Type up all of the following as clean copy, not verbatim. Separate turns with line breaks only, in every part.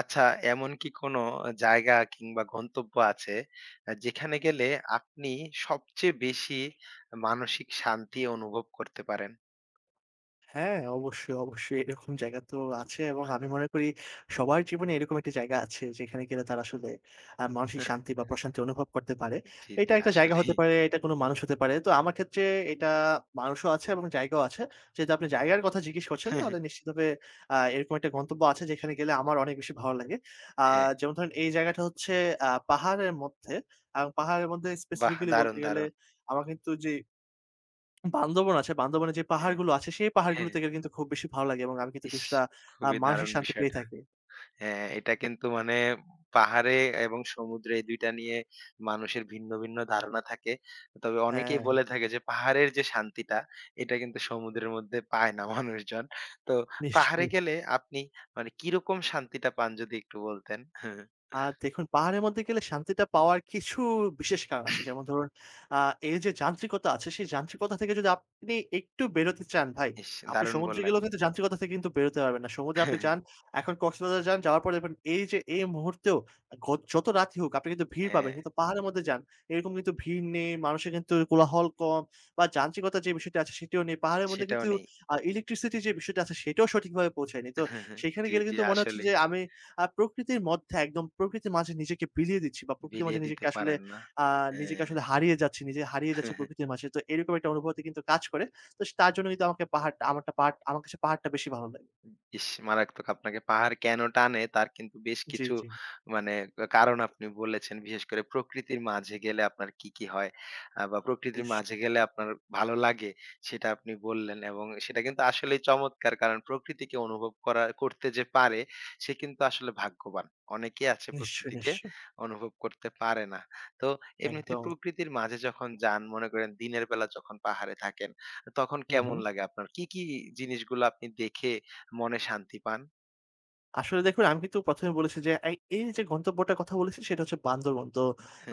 আচ্ছা, এমন কি কোনো জায়গা কিংবা গন্তব্য আছে যেখানে গেলে আপনি সবচেয়ে বেশি মানসিক শান্তি অনুভব করতে পারেন?
হ্যাঁ, অবশ্যই, অবশ্যই এরকম জায়গা তো আছে এবং আমি মনে করি সবার জীবনে এরকম একটা জায়গা আছে যেখানে গেলে তারা আসলে মানসিক শান্তি বা প্রশান্তি অনুভব করতে পারে।
জি,
এটা
জি,
একটা জায়গা হতে
আসলেই।
পারে, এটা কোনো মানুষ হতে পারে। তো আমার ক্ষেত্রে এটা মানুষও আছে এবং জায়গাও আছে। যেহেতু আপনি জায়গার কথা জিজ্ঞেস করছেন তাহলে নিশ্চিতভাবে এরকম একটা গন্তব্য আছে যেখানে গেলে আমার অনেক বেশি ভালো লাগে। আ
হ্যাঁ,
যেমন ধরেন এই জায়গাটা হচ্ছে পাহাড়ের মধ্যে। আর পাহাড়ের মধ্যে
বাহ!
স্পেসিফিক্যালি
দারুণ,
বলতে গেলে
দারুণ।
আমার কিন্তু যে বান্দরবন আছে। বান্দরবনে যে
হ্যাঁ,
পাহাড়গুলো আছে, সেই পাহাড়গুলো
হ্যাঁ।
থেকে কিন্তু খুব বেশি ভালো লাগে এবং আমি কিন্তু
ইস!
কিছুটা
খুবই
মানসিক
দারুণ
শান্তি পেয়ে
বিষয়টা।
থাকি।
হ্যাঁ, এটা কিন্তু মানে পাহাড়ে এবং সমুদ্রে এই ২টা টা নিয়ে মানুষের ভিন্ন, ভিন্ন ধারণা থাকে। তবে অনেকেই
হ্যাঁ,
বলে থাকে যে পাহাড়ের যে শান্তিটা, এটা কিন্তু সমুদ্রের মধ্যে পায় না মানুষজন। তো পাহাড়ে
নিশ্চয়ই।
গেলে আপনি মানে কিরকম শান্তিটা পান যদি একটু বলতেন?
আর দেখুন পাহাড়ের মধ্যে গেলে শান্তিটা পাওয়ার কিছু বিশেষ কারণ
হ্যাঁ,
আছে। যেমন ধরুন আ এই যে যান্ত্রিকতা আছে, সেই যান্ত্রিকতা থেকে যদি আপনি একটু বেরোতে চান ভাই,
ইস!
আপনি
দারুণ
সমুদ্রে
বললেন।
গেলেও কিন্তু যান্ত্রিকতা থেকে কিন্তু বেরোতে পারবেন না। সমুদ্রে আপনি যান, এখন কক্সবাজার যান, যাওয়ার পরে দেখবেন এই যে এই মুহূর্তেও ঘ যত রাতই হোক আপনি কিন্তু ভিড়
হ্যাঁ,
পাবেন। কিন্তু পাহাড়ের মধ্যে যান, এরকম কিন্তু ভিড় নেই, মানুষের কিন্তু কোলাহল কম বা যান্ত্রিকতা যে বিষয়টি আছে সেটিও নেই। পাহাড়ের মধ্যে
সেটাও
কিন্তু
নেই।
ইলেকট্রিসিটি যে বিষয়টা আছে সেটাও সঠিকভাবে পৌঁছায়নি। তো সেখানে
জি,
গেলে
জি
কিন্তু মনে হচ্ছে
আসলেই
যে আমি প্রকৃতির মধ্যে একদম প্রকৃতির মাঝে নিজেকে বিলিয়ে দিচ্ছি বা প্রকৃতির মাঝে
বিলিয়ে
নিজেকে
দিতে
আসলে
পারেন না।
আ নিজেকে
হ্যাঁ।
আসলে হারিয়ে যাচ্ছি, নিজে হারিয়ে যাচ্ছি প্রকৃতির মাঝে। তো এরকম একটা অনুভূতি কিন্তু কাজ করে। তো তার জন্য কিন্তু আমাকে পাহাড়টা আমারটা পাহাড় আমার কাছে পাহাড়টা বেশি ভালো লাগে।
ইস! মারাত্মক। আপনাকে পাহাড় কেন টানে তার কিন্তু বেশ
জি,
কিছু
জি।
মানে কারণ আপনি বলেছেন। বিশেষ করে প্রকৃতির মাঝে গেলে আপনার কি, কি হয় বা প্রকৃতির
নিশ
মাঝে গেলে আপনার ভালো লাগে সেটা আপনি বললেন এবং সেটা কিন্তু আসলেই চমৎকার। কারণ প্রকৃতিকে অনুভব করতে যে পারে সে কিন্তু আসলে ভাগ্যবান। অনেকেই আছে
নিশ্চয়ই,
প্রকৃতিকে
নিশ্চয়ই।
অনুভব করতে পারে না। তো এমনিতে
একদম।
প্রকৃতির মাঝে যখন যান মনে করেন দিনের বেলা যখন পাহাড়ে থাকেন তখন
হু, হু।
কেমন লাগে আপনার? কি, কি জিনিসগুলো আপনি দেখে মনে শান্তি পান।
আসলে দেখুন আমি কিন্তু ১ম এ বলেছি যে এই এই যে গন্তব্যটার কথা বলেছি সেটা হচ্ছে বান্দরবন। তো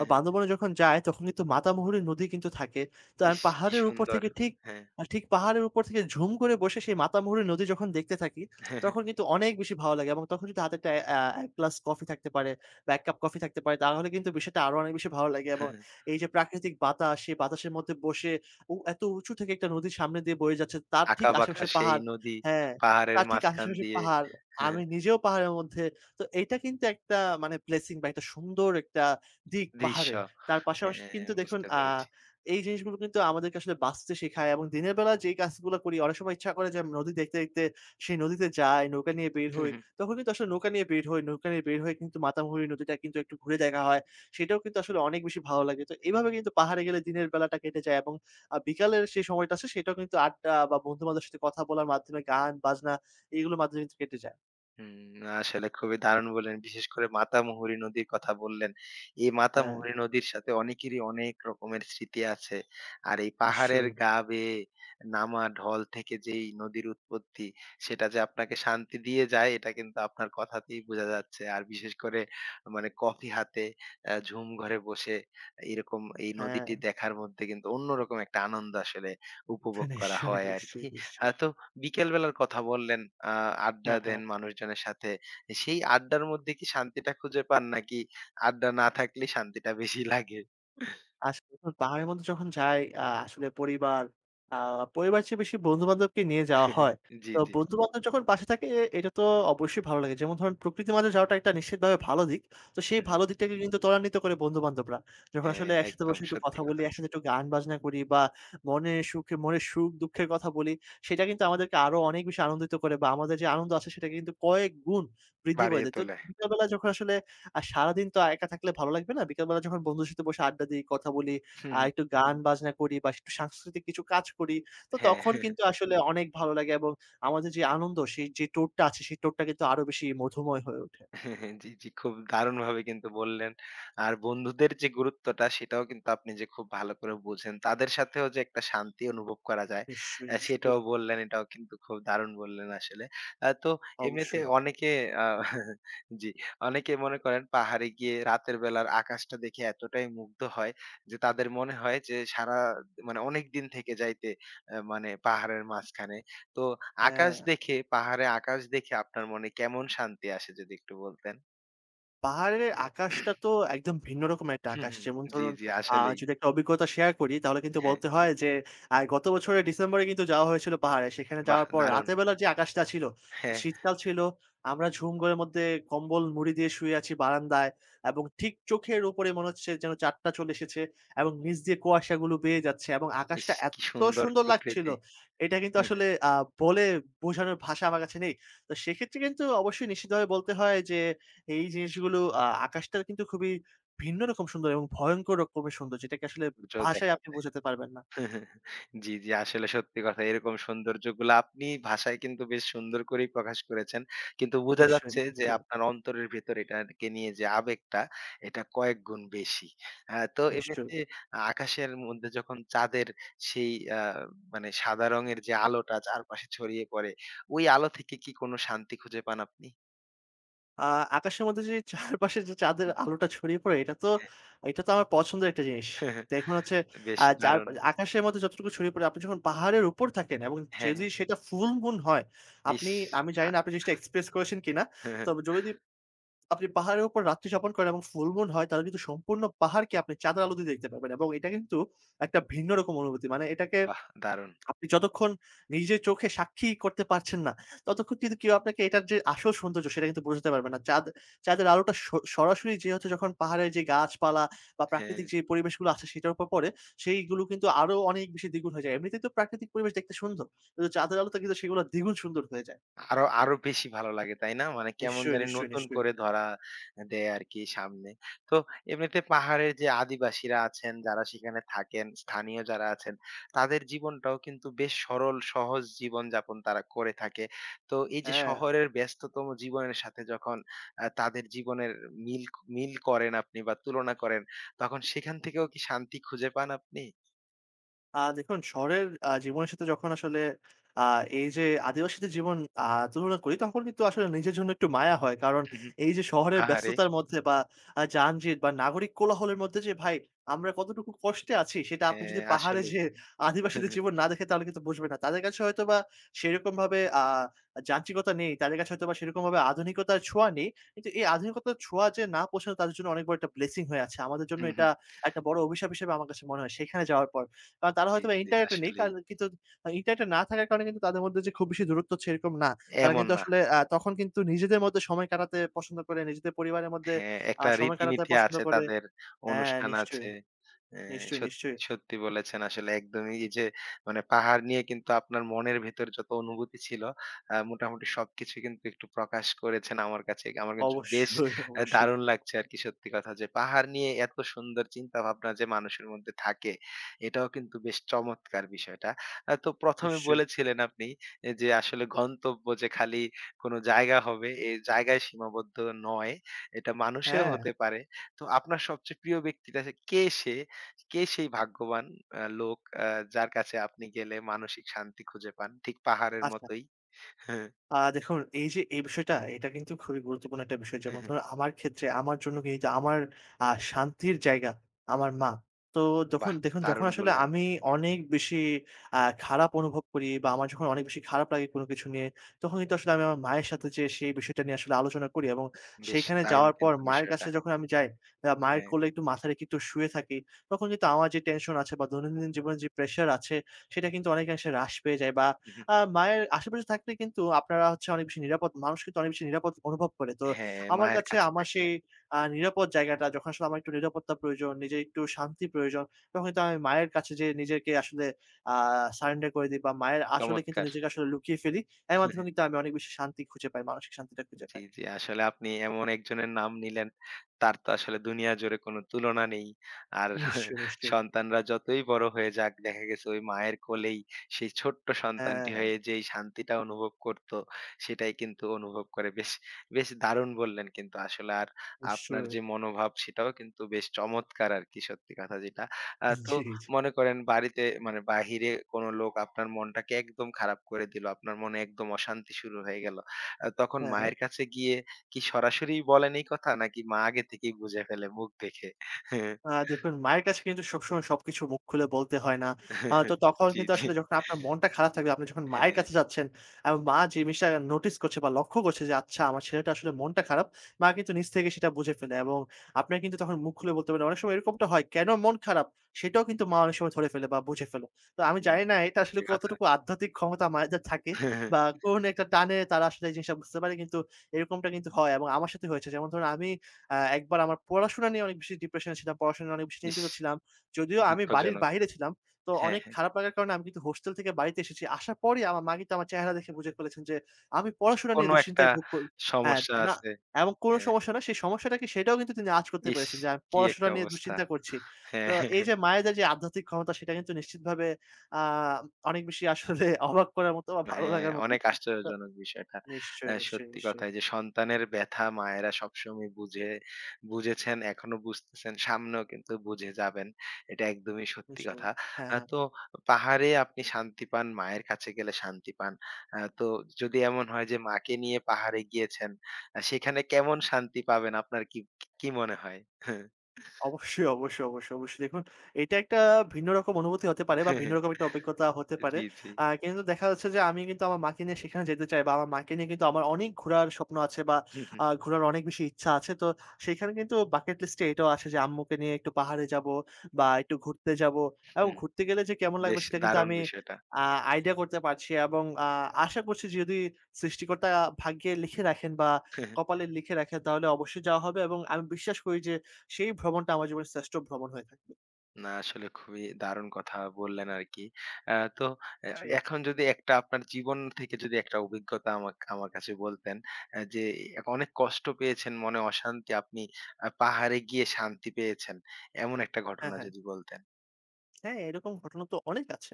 বান্দরবনে যখন যাই তখন কিন্তু মাতামুহুরী নদী কিন্তু থাকে। তো আমি
ইস! কি
পাহাড়ের উপর
সুন্দর।
থেকে
হ্যাঁ।
ঠিক পাহাড়ের উপর থেকে ঝুম করে বসে সেই মাতামুহুরী নদী যখন দেখতে থাকি, তখন কিন্তু অনেক বেশি ভালো লাগে এবং তখন যদি হাতে একটা ১ গ্লাস কফি থাকতে পারে বা ১ কাপ কফি থাকতে পারে তাহলে কিন্তু বিষয়টা আরো অনেক বেশি ভালো লাগে এবং এই যে প্রাকৃতিক বাতাস, সেই বাতাসের মধ্যে বসে এত উঁচু থেকে একটা নদীর সামনে দিয়ে বয়ে যাচ্ছে তার ঠিক
আঁকাবাঁকা
আশেপাশে
সেই
পাহাড়,
নদী,
হ্যাঁ,
পাহাড়ের
তার ঠিক
মাঝখান
আশেপাশে
দিয়ে
পাহাড়। আমি নিজেও পাহাড়ের মধ্যে। তো এইটা কিন্তু একটা মানে ব্লেসিং বা একটা সুন্দর একটা দিক
দৃশ্য।
পাহাড়ের। তার পাশাপাশি
হ্যাঁ,
কিন্তু দেখুন
বুঝতে পেরেছি।
এই জিনিসগুলো কিন্তু আমাদেরকে আসলে বাঁচতে শেখায় এবং দিনের বেলা যেই কাজগুলো করি অনেক সময় ইচ্ছা করে যে আমি নদী দেখতে, দেখতে সেই নদীতে যাই, নৌকা নিয়ে বের হই। তখন কিন্তু আসলে নৌকা নিয়ে বের হই। নৌকা নিয়ে বের হয়ে কিন্তু মাতামুহুরী নদীটা কিন্তু একটু ঘুরে দেখা হয়। সেটাও কিন্তু আসলে অনেক বেশি ভালো লাগে। তো এভাবে কিন্তু পাহাড়ে গেলে দিনের বেলাটা কেটে যায় এবং বিকালের সেই সময়টা আছে সেটাও কিন্তু আড্ডা বা বন্ধু-বান্ধবের সাথে কথা বলার মাধ্যমে গান, বাজনা এগুলোর মাধ্যমে কিন্তু কেটে যায়।
হুম, না আসলে খুবই দারুণ বললেন। বিশেষ করে মাতামুহুরী নদীর কথা বললেন। এই
হ্যাঁ,
মাতামুহুরী নদীর সাথে অনেকেরই অনেক রকমের স্মৃতি আছে। আর এই পাহাড়ের
নিশ্চয়ই।
গা বেয়ে নামা ঢল থেকে যেই নদীর উৎপত্তি, সেটা যে আপনাকে শান্তি দিয়ে যায় এটা কিন্তু আপনার কথাতেই বোঝা যাচ্ছে। আর বিশেষ করে মানে কফি হাতে ঝুম ঘরে বসে এরকম এই
হ্যাঁ,
নদীটি দেখার মধ্যে কিন্তু অন্যরকম একটা আনন্দ আসলে উপভোগ করা
নিশ্চয়ই,
হয়
নিশ্চয়ই,
আরকি।
নিশ্চয়ই।
তো বিকেল বেলার কথা বললেন, আ আড্ডা
হ্যাঁ, হ্যাঁ।
দেন মানুষজনের সাথে। সেই আড্ডার মধ্যে কি শান্তিটা খুঁজে পান নাকি আড্ডা না থাকলেই শান্তিটা বেশি লাগে?
আসলে তো পাহাড়ের মধ্যে যখন যাই, আসলে পরিবার, আ পরিবারের চেয়ে বেশি বন্ধু-বান্ধবকে নিয়ে যাওয়া হয়।
জি,
তো
জি।
বন্ধু-বান্ধব যখন পাশে থাকে এটা তো অবশ্যই ভালো লাগে। যেমন ধরেন প্রকৃতির মাঝে যাওয়াটা একটা নিশ্চিতভাবে ভালো দিক। তো সেই
হু, হু।
ভালো দিকটাকে কিন্তু ত্বরান্বিত করে বন্ধু-বান্ধবরা। যখন
হ্যাঁ,
আসলে একসাথে
একদম
বসে একটু
সত্যি
কথা বলি,
কথা।
একসাথে একটু গান-বাজনা করি বা মনের সুখে মনের সুখ-দুঃখের কথা বলি, সেটা কিন্তু আমাদেরকে আরো অনেক বেশি আনন্দিত করে বা আমাদের যে আনন্দ আছে সেটাকে কিন্তু কয়েক গুণ বৃদ্ধি করে
বাড়িয়ে
দেয়। তো
তোলে।
বিকালবেলা যখন আসলে আর সারাদিন তো একা থাকলে ভালো লাগবে না। বিকালবেলা যখন বন্ধুর সাথে বসে আড্ডা দিই, কথা বলি,
হু, হু।
একটু গান বাজনা করি বা একটু সাংস্কৃতিক কিছু কাজ করি। তো
হ্যাঁ।
তখন কিন্তু আসলে অনেক ভালো লাগে এবং আমাদের যে আনন্দ সেই যে টোটটা আছে সেই টোটটা কিন্তু আরো বেশি মধুময় হয়ে ওঠে।
জি, জি। খুব দারুণভাবে কিন্তু বললেন। আর বন্ধুদের যে গুরুত্বটা সেটাও কিন্তু আপনি যে খুব ভালো করে বুঝেন। তাদের সাথেও যে একটা শান্তি অনুভব করা যায়
নিশ্চয়ই, নিশ্চয়ই।
সেটাও বললেন। এটাও কিন্তু খুব দারুণ বললেন আসলে। তো এমনিতে
অবশ্যই।
অনেকে আ জি, অনেকে মনে করেন পাহাড়ে গিয়ে রাতের বেলার আকাশটা দেখে এতটাই মুগ্ধ হয় যে তাদের মনে হয় যে সারা মানে অনেকদিন থেকে যাইতে মানে পাহাড়ের মাঝখানে তো আকাশ
হ্যাঁ।
দেখে পাহাড়ে আকাশ দেখে আপনার মনে কেমন শান্তি আসে যদি একটু বলতেন?
পাহাড়ের আকাশটা তো একদম ভিন্ন রকমের একটা
হুম,
আকাশ।
হুম।
যেমন
জি,
ধরুন
জি আসলেই।
যদি একটা অভিজ্ঞতা শেয়ার করি তাহলে কিন্তু
হ্যাঁ,
বলতে হয় যে গত বছরের ডিসেম্বরে কিন্তু যাওয়া হয়েছিল পাহাড়ে। সেখানে
বাহ!
যাওয়ার পর
দারুণ।
রাতের বেলার যে আকাশটা ছিল,
হ্যাঁ,
শীতকাল ছিল। আমরা ঝুম ঘরের মধ্যে কম্বল মুড়ি দিয়ে শুয়ে আছি বারান্দায় এবং ঠিক চোখের উপরে মনে হচ্ছে যেন চাঁদটা চলে এসেছে এবং নিচ দিয়ে কুয়াশাগুলো বেয়ে যাচ্ছে এবং
ইস!
আকাশটা
কি
এত
সুন্দর
সুন্দর লাগছিল,
প্রকৃতি।
এটা কিন্তু
হুম, হুম।
আসলে বলে বোঝানোর ভাষা আমার কাছে নেই। তো সেক্ষেত্রে কিন্তু অবশ্যই নিশ্চিতভাবে বলতে হয় যে এই জিনিসগুলো আকাশটা কিন্তু খুবই ভিন্ন রকম সুন্দর এবং ভয়ংকর রকমের সুন্দর যেটাকে আসলে
সূর্য
ভাষায়
দেখা
আপনি
যায়।
বোঝাতে পারবেন না।
জি, জি। আসলে সত্যি কথা। এরকম সৌন্দর্যগুলো আপনি ভাষায় কিন্তু বেশ সুন্দর করেই প্রকাশ করেছেন। কিন্তু বোঝা
নিশ্চয়ই,
যাচ্ছে যে
নিশ্চয়ই,
আপনার অন্তরের ভেতর এটাকে নিয়ে যে আবেগটা, এটা কয়েক গুণ বেশি। হ্যাঁ, তো
নিশ্চয়ই।
এমনিতে আকাশের মধ্যে যখন চাঁদের সেই আ মানে সাদা রঙের যে আলোটা চারপাশে ছড়িয়ে পড়ে, ওই আলো থেকে কি কোন শান্তি খুঁজে পান আপনি?
আ আকাশের মধ্যে যে চারপাশে যে চাঁদের আলোটা ছড়িয়ে পড়ে এটা তো এটা তো আমার পছন্দের একটা জিনিস। দেখুন হচ্ছে
বেশ
আ চার
দারুণ।
আকাশের মধ্যে যতটুকু ছড়িয়ে পড়ে আপনি যখন পাহাড়ের উপর থাকেন এবং
হ্যাঁ,
যদি
হ্যাঁ।
সেটা ফুল মুন হয়,
ইস!
আপনি আমি জানি
আ
না আপনি জিনিসটা এক্সপ্রেস করেছেন কিনা। তবে যদি আপনি পাহাড়ের উপর রাত্রি যাপন করেন এবং ফুল মুন হয় তাহলে কিন্তু সম্পূর্ণ পাহাড়কে আপনি চাঁদের আলো দিয়ে দেখতে পাবেন এবং এটা কিন্তু একটা ভিন্ন রকম অনুভূতি। মানে এটাকে
বাহ! দারুণ।
আপনি যতক্ষণ নিজের চোখে সাক্ষী করতে পারছেন না, ততক্ষণ কিন্তু কেউ আপনাকে এটার যে আসল সৌন্দর্য সেটা কিন্তু বোঝাতে পারবে না। চাঁদের আলোটা সরাসরি যে হচ্ছে যখন পাহাড়ের যে গাছপালা বা
হ্যাঁ।
প্রাকৃতিক যে পরিবেশগুলো আছে সেটার উপর পড়ে, সেইগুলো কিন্তু আরো অনেক বেশি দ্বিগুণ হয়ে যায়। এমনিতেই তো প্রাকৃতিক পরিবেশ দেখতে সুন্দর। কিন্তু চাঁদের আলোতে কিন্তু সেগুলো দ্বিগুণ সুন্দর হয়ে যায়।
আরো, আরো বেশি ভালো লাগে, তাই না? মানে কেমন
নিশ্চয়ই,
জানি
নিশ্চয়ই,
নতুন
নিশ্চয়ই।
করে ধরা দেয় আরকি সামনে। তো এমনিতে পাহাড়ের যে আদিবাসীরা আছেন, যারা সেখানে থাকেন, স্থানীয় যারা আছেন, তাদের জীবনটাও কিন্তু বেশ সরল সহজ জীবনযাপন তারা করে থাকে। তো এই যে
হ্যাঁ।
শহরের ব্যস্ততম জীবনের সাথে যখন তাদের জীবনের মিল মিল করেন আপনি বা তুলনা করেন, তখন সেখান থেকেও কি শান্তি খুঁজে পান আপনি?
দেখুন শহরের জীবনের সাথে যখন আসলে আ এই যে আদিবাসীদের জীবন আ তুলনা করি তখন কিন্তু আসলে নিজের জন্য একটু মায়া হয়। কারণ
হুম হুম।
এই যে শহরের
আহারে!
ব্যস্ততার মধ্যে বা যানজট বা নাগরিক কোলাহলের মধ্যে যে ভাই আমরা কতটুকু কষ্টে আছি সেটা আপনি
হ্যাঁ,
যদি পাহাড়ে
আসলেই।
যেয়ে আদিবাসীদের জীবন না দেখেন তাহলে কিন্তু বুঝবেন না। তাদের কাছে হয়তোবা সেরকমভাবে যান্ত্রিকতা নেই। তাদের কাছে হয়তোবা সেরকমভাবে আধুনিকতার ছোঁয়া নেই। কিন্তু এই আধুনিকতার ছোঁয়া যে না পৌঁছানো তাদের জন্য অনেক বড় একটা ব্লেসিং হয়ে আছে। আমাদের জন্য
হুম,
এটা
হুম।
একটা বড় অভিশাপ হিসেবে আমার কাছে মনে হয় সেখানে যাওয়ার পর। কারণ তারা
জি,
হয়তোবা
জি,
ইন্টারনেটে নেই।
আসলেই।
কারণ কিন্তু ইন্টারনেটে না থাকার কারণে কিন্তু তাদের মধ্যে যে খুব বেশি দূরত্ব হচ্ছে এরকম না। তারা
এমন
কিন্তু
না।
আসলে তখন কিন্তু নিজেদের মধ্যে সময় কাটাতে পছন্দ করে, নিজেদের পরিবারের মধ্যে
হ্যাঁ, একটা
সময় কাটাতে
রীতিনীতি
পছন্দ
আছে
করে।
তাদের,
হ্যাঁ,
অনুষ্ঠান
নিশ্চয়ই,
আছে। অ্যা
নিশ্চয়ই,
সত
নিশ্চয়ই।
সত্যি বলেছেন আসলে একদমই এই যে মানে পাহাড় নিয়ে কিন্তু আপনার মনের ভেতর যত অনুভূতি ছিল মোটামুটি সবকিছু কিন্তু একটু প্রকাশ করেছেন আমার কাছে। আমার কাছে বেশ
অবশ্যই, অবশ্যই।
দারুণ লাগছে আরকি সত্যি কথা যে পাহাড় নিয়ে এত সুন্দর চিন্তা ভাবনা যে মানুষের মধ্যে থাকে, এটাও কিন্তু বেশ চমৎকার বিষয়টা। তো প্রথম এ
নিশ্চয়ই।
বলেছিলেন আপনি এ যে আসলে গন্তব্য যে খালি কোন জায়গা হবে, এই জায়গায় সীমাবদ্ধ নয়। এটা মানুষেও
হ্যাঁ,
হতে পারে। তো আপনার সবচেয়ে প্রিয় ব্যক্তিটা সে কে সে? কে সেই ভাগ্যবান লোক যার কাছে আপনি গেলে মানসিক শান্তি খুঁজে পান? ঠিক পাহাড়ের
আচ্ছা।
মতোই। হ্যাঁ,
দেখুন এই যে এই বিষয়টা এটা কিন্তু খুবই গুরুত্বপূর্ণ একটা বিষয়। যেমন
হ্যাঁ,
ধরুন আমার ক্ষেত্রে আমার জন্য কি যে আমার শান্তির জায়গা আমার মা। তো যখন
বাহ!
দেখুন যখন
দারুণ
আসলে
বললেন।
আমি অনেক বেশি খারাপ অনুভব করি বা আমার যখন অনেক বেশি খারাপ লাগে কোনো কিছু নিয়ে, তখন কিন্তু আসলে আমি আমার মায়ের সাথে যেয়ে সেই বিষয়টা নিয়ে আসলে আলোচনা করি এবং
বেশ
সেইখানে
দারুণ
যাওয়ার পর
কিন্তু
মায়ের কাছে
বিষয়টা।
যখন আমি যাই, মায়ের
হ্যাঁ।
কোলে একটু মাথা রেখে একটু শুয়ে থাকি, তখন কিন্তু আমার যে টেনশন আছে বা দৈনন্দিন জীবনে যে প্রেশার আছে সেটা কিন্তু অনেকাংশে হ্রাস পেয়ে যায় বা
হু, হু।
মায়ের আশেপাশে থাকলে কিন্তু আপনারা হচ্ছে অনেক বেশি নিরাপদ মানুষ কিন্তু অনেক বেশি নিরাপদ অনুভব করে। তো
হ্যাঁ,
আমার
মায়ের
কাছে
কাছে
আমার
থাকলে।
সেই নিরাপদ জায়গাটা যখন আসলে আমার একটু নিরাপত্তা প্রয়োজন, নিজের একটু শান্তি প্রয়োজন, তখন কিন্তু আমি মায়ের কাছে যেয়ে নিজেকে আসলে আ সারেন্ডার করে দিই বা মায়ের আঁচলে কিন্তু
চমৎকার।
নিজেকে আসলে লুকিয়ে ফেলি। এর মাধ্যমে কিন্তু আমি অনেক বেশি শান্তি খুঁজে পাই, মানসিক শান্তিটা খুঁজে
জি,
পাই।
জি। আসলে আপনি এমন একজনের নাম নিলেন, তার তো আসলে দুনিয়া জুড়ে কোনো তুলনা নেই। আর
নিশ্চয়ই, নিশ্চয়ই।
সন্তানরা যতই বড় হয়ে যাক, দেখা গেছে ওই মায়ের কোলেই সেই ছোট্ট সন্তানটি
হ্যাঁ,
হয়ে যেই শান্তিটা অনুভব করত, সেটাই কিন্তু অনুভব করে। বেশ, বেশ দারুণ বললেন কিন্তু আসলে। আর আপনার
নিশ্চয়ই।
যে মনোভাব, সেটাও কিন্তু বেশ চমৎকার আরকি সত্যি কথা যেটা। তো
জি, জি।
মনে করেন বাড়িতে মানে বাহিরে কোনো লোক আপনার মনটাকে একদম খারাপ করে দিল, আপনার মনে একদম অশান্তি শুরু হয়ে গেল। তখন
হ্যাঁ, হ্যাঁ।
মায়ের কাছে গিয়ে কি সরাসরি বলেন এই কথা? নাকি মা আগে থেকেই বুঝে ফেলে মুখ দেখে?
দেখুন মায়ের কাছে কিন্তু সবসময় সবকিছু মুখ খুলে বলতে হয় না। তো তখন
জি,
কিন্তু
জি।
আসলে যখন আপনার মনটা খারাপ থাকবে, আপনি যখন মায়ের
হ্যাঁ,
কাছে যাচ্ছেন, এবং মা যে জিনিসটা নোটিস করছে বা লক্ষ্য করছে যে আচ্ছা আমার ছেলেটা আসলে মনটা খারাপ, মা কিন্তু নিজ থেকে সেটা বুঝে ফেলে এবং আপনার কিন্তু তখন মুখ খুলে বলতে পারেন। অনেক সময় এরকমটা হয়, কেন মন খারাপ? সেটাও কিন্তু মা অনেক সময় ধরে ফেলে বা বুঝে ফেলে। তো আমি জানি
হুম।
না এটা আসলে
এ কথা।
কতটুকু আধ্যাত্মিক ক্ষমতা মায়েদের থাকে বা কোন একটা টানে তারা আসলে এই জিনিসটা বুঝতে পারে। কিন্তু এরকমটা কিন্তু হয় এবং আমার সাথে হয়েছে। যেমন ধরুন আমি একবার আমার পড়াশোনা নিয়ে অনেক বেশি ডিপ্রেশনে ছিলাম। পড়াশোনা নিয়ে অনেক বেশি
ইস!
চিন্তিত ছিলাম। যদিও আমি বাড়ির
দুঃখজনক।
বাইরে ছিলাম। তো
হ্যাঁ,
অনেক
হ্যাঁ।
খারাপ লাগার কারণে আমি কিন্তু হোস্টেল থেকে বাড়িতে এসেছি। আসার পরই আমার মা কিন্তু আমার চেহারা দেখে বুঝে ফেলেছেন যে আমি পড়াশোনা নিয়ে
কোনো একটা
দুশ্চিন্তায় ভোগ করি। হ্যাঁ,
সমস্যা
না
আছে।
এমন কোনো
হ্যাঁ।
সমস্যা না। সেই সমস্যাটা কি সেটাও কিন্তু তিনি আঁচ করতে
ইস!
পেরেছেন যে আমি
কি
পড়াশোনা
একটা
নিয়ে
অবস্থা।
দুশ্চিন্তা করছি। তো
হ্যাঁ। হ্যাঁ,
এই
হ্যাঁ।
যে মায়েদের যে আধ্যাত্মিক ক্ষমতা সেটা কিন্তু নিশ্চিতভাবে আ অনেক বেশি আসলে অবাক করার মতো বা ভালো
হ্যাঁ,
লাগার মতো।
অনেক
তো
আশ্চর্যজনক বিষয়টা।
নিশ্চয়ই, নিশ্চয়ই,
সত্যি কথা
নিশ্চয়ই।
এই যে সন্তানের ব্যথা মায়েরা সবসময় বুঝে বুঝেছেন, এখনো বুঝতেছেন, সামনেও কিন্তু বুঝে যাবেন। এটা একদমই সত্যি কথা।
ইনশাআল্লাহ। হ্যাঁ, হ্যাঁ।
তো পাহাড়ে আপনি শান্তি পান, মায়ের কাছে গেলে শান্তি পান। তো যদি এমন হয় যে মাকে নিয়ে পাহাড়ে গিয়েছেন, সেখানে কেমন শান্তি পাবেন আপনার কি কি মনে হয়?
অবশ্যই, অবশ্যই, অবশ্যই, অবশ্যই। দেখুন এটা একটা ভিন্ন রকম অনুভূতি হতে পারে বা ভিন্ন রকম একটা অভিজ্ঞতা হতে পারে।
জি, জি।
কিন্তু দেখা যাচ্ছে যে আমি কিন্তু আমার মাকে নিয়ে সেখানে যেতে চাই বা আমার মাকে নিয়ে কিন্তু আমার অনেক ঘোরার স্বপ্ন আছে বা
হুম,
ঘোরার অনেক বেশি ইচ্ছা আছে। তো সেখানে কিন্তু বাকেট লিস্টে এটাও আছে যে আম্মুকে নিয়ে একটু পাহাড়ে যাবো বা একটু ঘুরতে যাবো এবং
হুম,
ঘুরতে গেলে যে কেমন লাগবে
বেশ
সেটা কিন্তু
দারুণ
আমি
বিষয়টা।
আ আইডিয়া করতে পারছি এবং আশা করছি যদি সৃষ্টিকর্তা ভাগ্যে লিখে রাখেন বা কপালে লিখে রাখেন তাহলে অবশ্যই যাওয়া হবে এবং আমি বিশ্বাস করি যে সেই ভ্রমণটা আমার জীবনের শ্রেষ্ঠ ভ্রমণ হয়ে থাকবে।
না আসলে খুবই দারুণ কথা বললেন আরকি। আ তো এ
জি।
এখন যদি একটা আপনার জীবন থেকে যদি একটা অভিজ্ঞতা আমার কাছে বলতেন যে অনেক কষ্ট পেয়েছেন, মনে অশান্তি আপনি পাহাড়ে গিয়ে শান্তি পেয়েছেন। এমন একটা
হ্যাঁ,
ঘটনা
হ্যাঁ।
যদি বলতেন।
হ্যাঁ, এরকম ঘটনা তো অনেক আছে।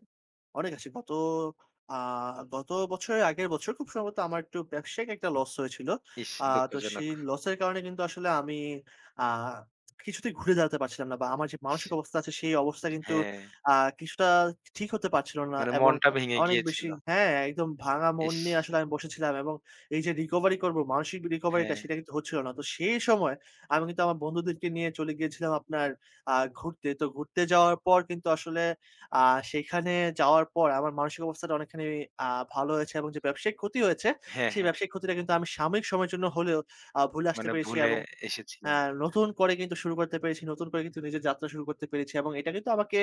অনেক আছে। আ গত বছরের আগের বছর খুব সম্ভবত আমার একটু ব্যবসায়িক একটা লস হয়েছিল।
ইস!
আ তো
দুঃখজনক।
সেই লসের কারণে কিন্তু আসলে আমি আ কিছুতেই ঘুরে দাঁড়াতে পারছিলাম না বা আমার যে
ইস!
মানসিক অবস্থা আছে সেই অবস্থা কিন্তু
হ্যাঁ,
আ কিছুটা ঠিক হতে পারছিল না
মানে
এবং
মনটা ভেঙে
অনেক বেশি,
গিয়েছিল।
হ্যাঁ, একদম ভাঙা মন
ইস!
নিয়ে আসলে আমি বসেছিলাম এবং এই যে রিকভারি করব মানসিক রিকভারিটা
হ্যাঁ,
সেটা কিন্তু হচ্ছিল না। তো সেই সময় আমি কিন্তু আমার বন্ধুদেরকে নিয়ে চলে গিয়েছিলাম আপনার আ ঘুরতে। তো ঘুরতে যাওয়ার পর কিন্তু আসলে আ সেখানে যাওয়ার পর আমার মানসিক অবস্থাটা অনেকখানি আ ভালো হয়েছে এবং যে ব্যবসায়িক ক্ষতি হয়েছে,
হ্যাঁ,
সেই
হ্যাঁ।
ব্যবসায়িক ক্ষতিটা কিন্তু আমি সাময়িক সময়ের জন্য হলেও ভুলে আসতে
মানে
পেরেছি
ভুলে
এবং
এসেছিলেন।
অ্যা নতুন করে কিন্তু শুরু করতে পেরেছি। নতুন করে কিন্তু নিজের যাত্রা শুরু করতে পেরেছি এবং এটা কিন্তু আমাকে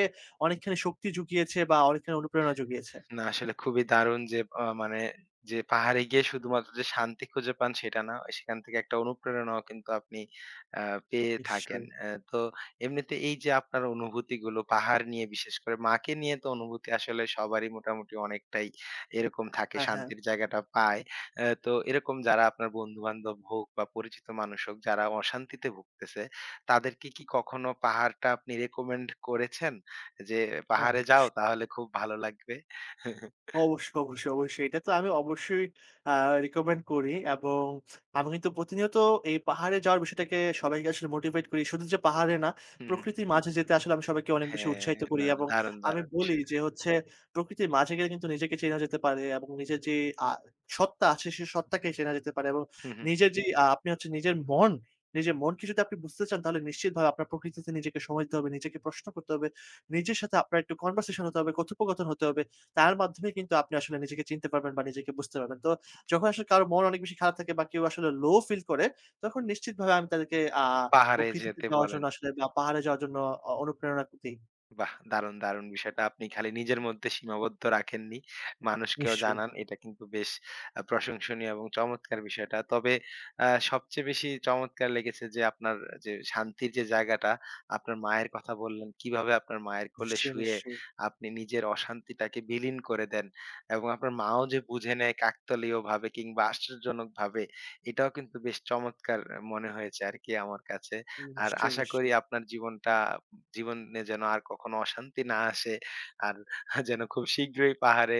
অনেকখানি শক্তি জুগিয়েছে বা অনেকখানি অনুপ্রেরণা জুগিয়েছে।
না আসলে খুবই দারুণ যে মানে যে পাহাড়ে গিয়ে শুধুমাত্র যে শান্তি খুঁজে পান সেটা না। সেখান থেকে একটা অনুপ্রেরণাও কিন্তু আপনি আ পেয়ে থাকেন।
নিশ্চয়ই।
তো এমনিতে এই যে আপনার অনুভূতিগুলো পাহাড় নিয়ে বিশেষ করে মাকে নিয়ে তো অনুভূতি আসলে সবারই মোটামুটি অনেকটাই এরকম থাকে,
হ্যাঁ, হ্যাঁ।
শান্তির জায়গাটা পায়। তো এরকম যারা আপনার বন্ধু-বান্ধব হোক বা পরিচিত মানুষ হোক যারা অশান্তিতে ভুগতেছে, তাদেরকে কি কখনো পাহাড়টা আপনি রেকমেন্ড করেছেন? যে পাহাড়ে যাও
অবশ্যই।
তাহলে খুব ভালো লাগবে?
অবশ্যই, অবশ্যই, অবশ্যই। এটা তো আমি অবশ্যই আ রিকমেন্ড করি এবং আমি কিন্তু প্রতিনিয়ত এই পাহাড়ে যাওয়ার বিষয়টাকে সবাইকে আসলে মোটিভেট করি। শুধু যে পাহাড়ে না,
হুম,
প্রকৃতির মাঝে যেতে আসলে আমি সবাইকে অনেক বেশি
হ্যাঁ,
উৎসাহিত করি এবং
দারুণ,
আমি
দারুণ
বলি
বিষয়টা।
যে হচ্ছে প্রকৃতির মাঝে গেলে কিন্তু নিজেকে চেনা যেতে পারে এবং নিজের যে আ সত্তা আছে সে সত্তাকে চেনা যেতে পারে এবং
হুম, হুম।
নিজের যে আপনি হচ্ছে নিজের মন, নিজের মনকে যদি আপনি বুঝতে চান তাহলে নিশ্চিতভাবে আপনার প্রকৃতিতে নিজেকে সময় দিতে হবে, নিজেকে প্রশ্ন করতে হবে। নিজের সাথে আপনার একটু কনভারসেশন হতে হবে, কথোপকথন হতে হবে। তার মাধ্যমে কিন্তু আপনি আসলে নিজেকে চিনতে পারবেন বা নিজেকে বুঝতে পারবেন। তো যখন আসলে কারো মন অনেক বেশি খারাপ থাকে বা কেউ আসলে low feel করে, তখন নিশ্চিতভাবে আমি তাদেরকে
পাহাড়ে
প্রকৃতিতে
যেতে
যাওয়ার
বলেন।
জন্য আসলে বা পাহাড়ে যাওয়ার জন্য অনুপ্রেরণা দেই।
বাহ! দারুণ, দারুণ বিষয়টা আপনি খালি নিজের মধ্যে সীমাবদ্ধ রাখেননি। মানুষকেও
নিশ্চয়ই,
জানান। এটা কিন্তু বেশ প্রশংসনীয় এবং চমৎকার বিষয়টা। তবে সবচেয়ে বেশি চমৎকার লেগেছে যে আপনার যে শান্তির যে জায়গাটা, আপনার মায়ের কথা বললেন। কিভাবে আপনার মায়ের কোলে
নিশ্চয়ই,
শুয়ে
নিশ্চয়ই।
আপনি নিজের অশান্তিটাকে বিলীন করে দেন। এবং আপনার মাও যে বুঝে নেয় কাকতালীয়ভাবে কিংবা আশ্চর্যজনকভাবে, এটাও কিন্তু বেশ চমৎকার মনে হয়েছে আরকি আমার কাছে। আর
নিশ্চয়ই,
আশা করি
নিশ্চয়ই।
আপনার জীবনটা জীবনে যেন আর কখনো অশান্তি না আসে। আর যেন খুব শীঘ্রই পাহাড়ে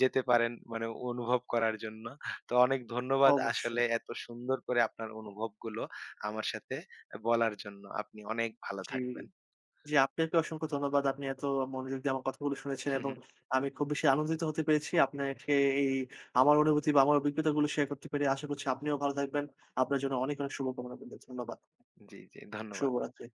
যেতে পারেন মানে অনুভব করার জন্য। তো অনেক ধন্যবাদ
অবশ্যই।
আসলে এত সুন্দর করে আপনার অনুভবগুলো আমার সাথে বলার জন্য। আপনি অনেক ভালো
জি,
থাকবেন।
জি আপনাকে অসংখ্য ধন্যবাদ। আপনি এত মনোযোগ দিয়ে আমার কথাগুলো শুনেছেন এবং আমি খুব বেশি আনন্দিত হতে পেরেছি আপনাকে এই আমার অনুভূতি বা আমার অভিজ্ঞতাগুলো শেয়ার করতে পেরে। আশা করছি আপনিও ভালো থাকবেন। আপনার জন্য অনেক, অনেক শুভকামনা রইলো। ধন্যবাদ।
জি, জি ধন্যবাদ।
শুভরাত্রি।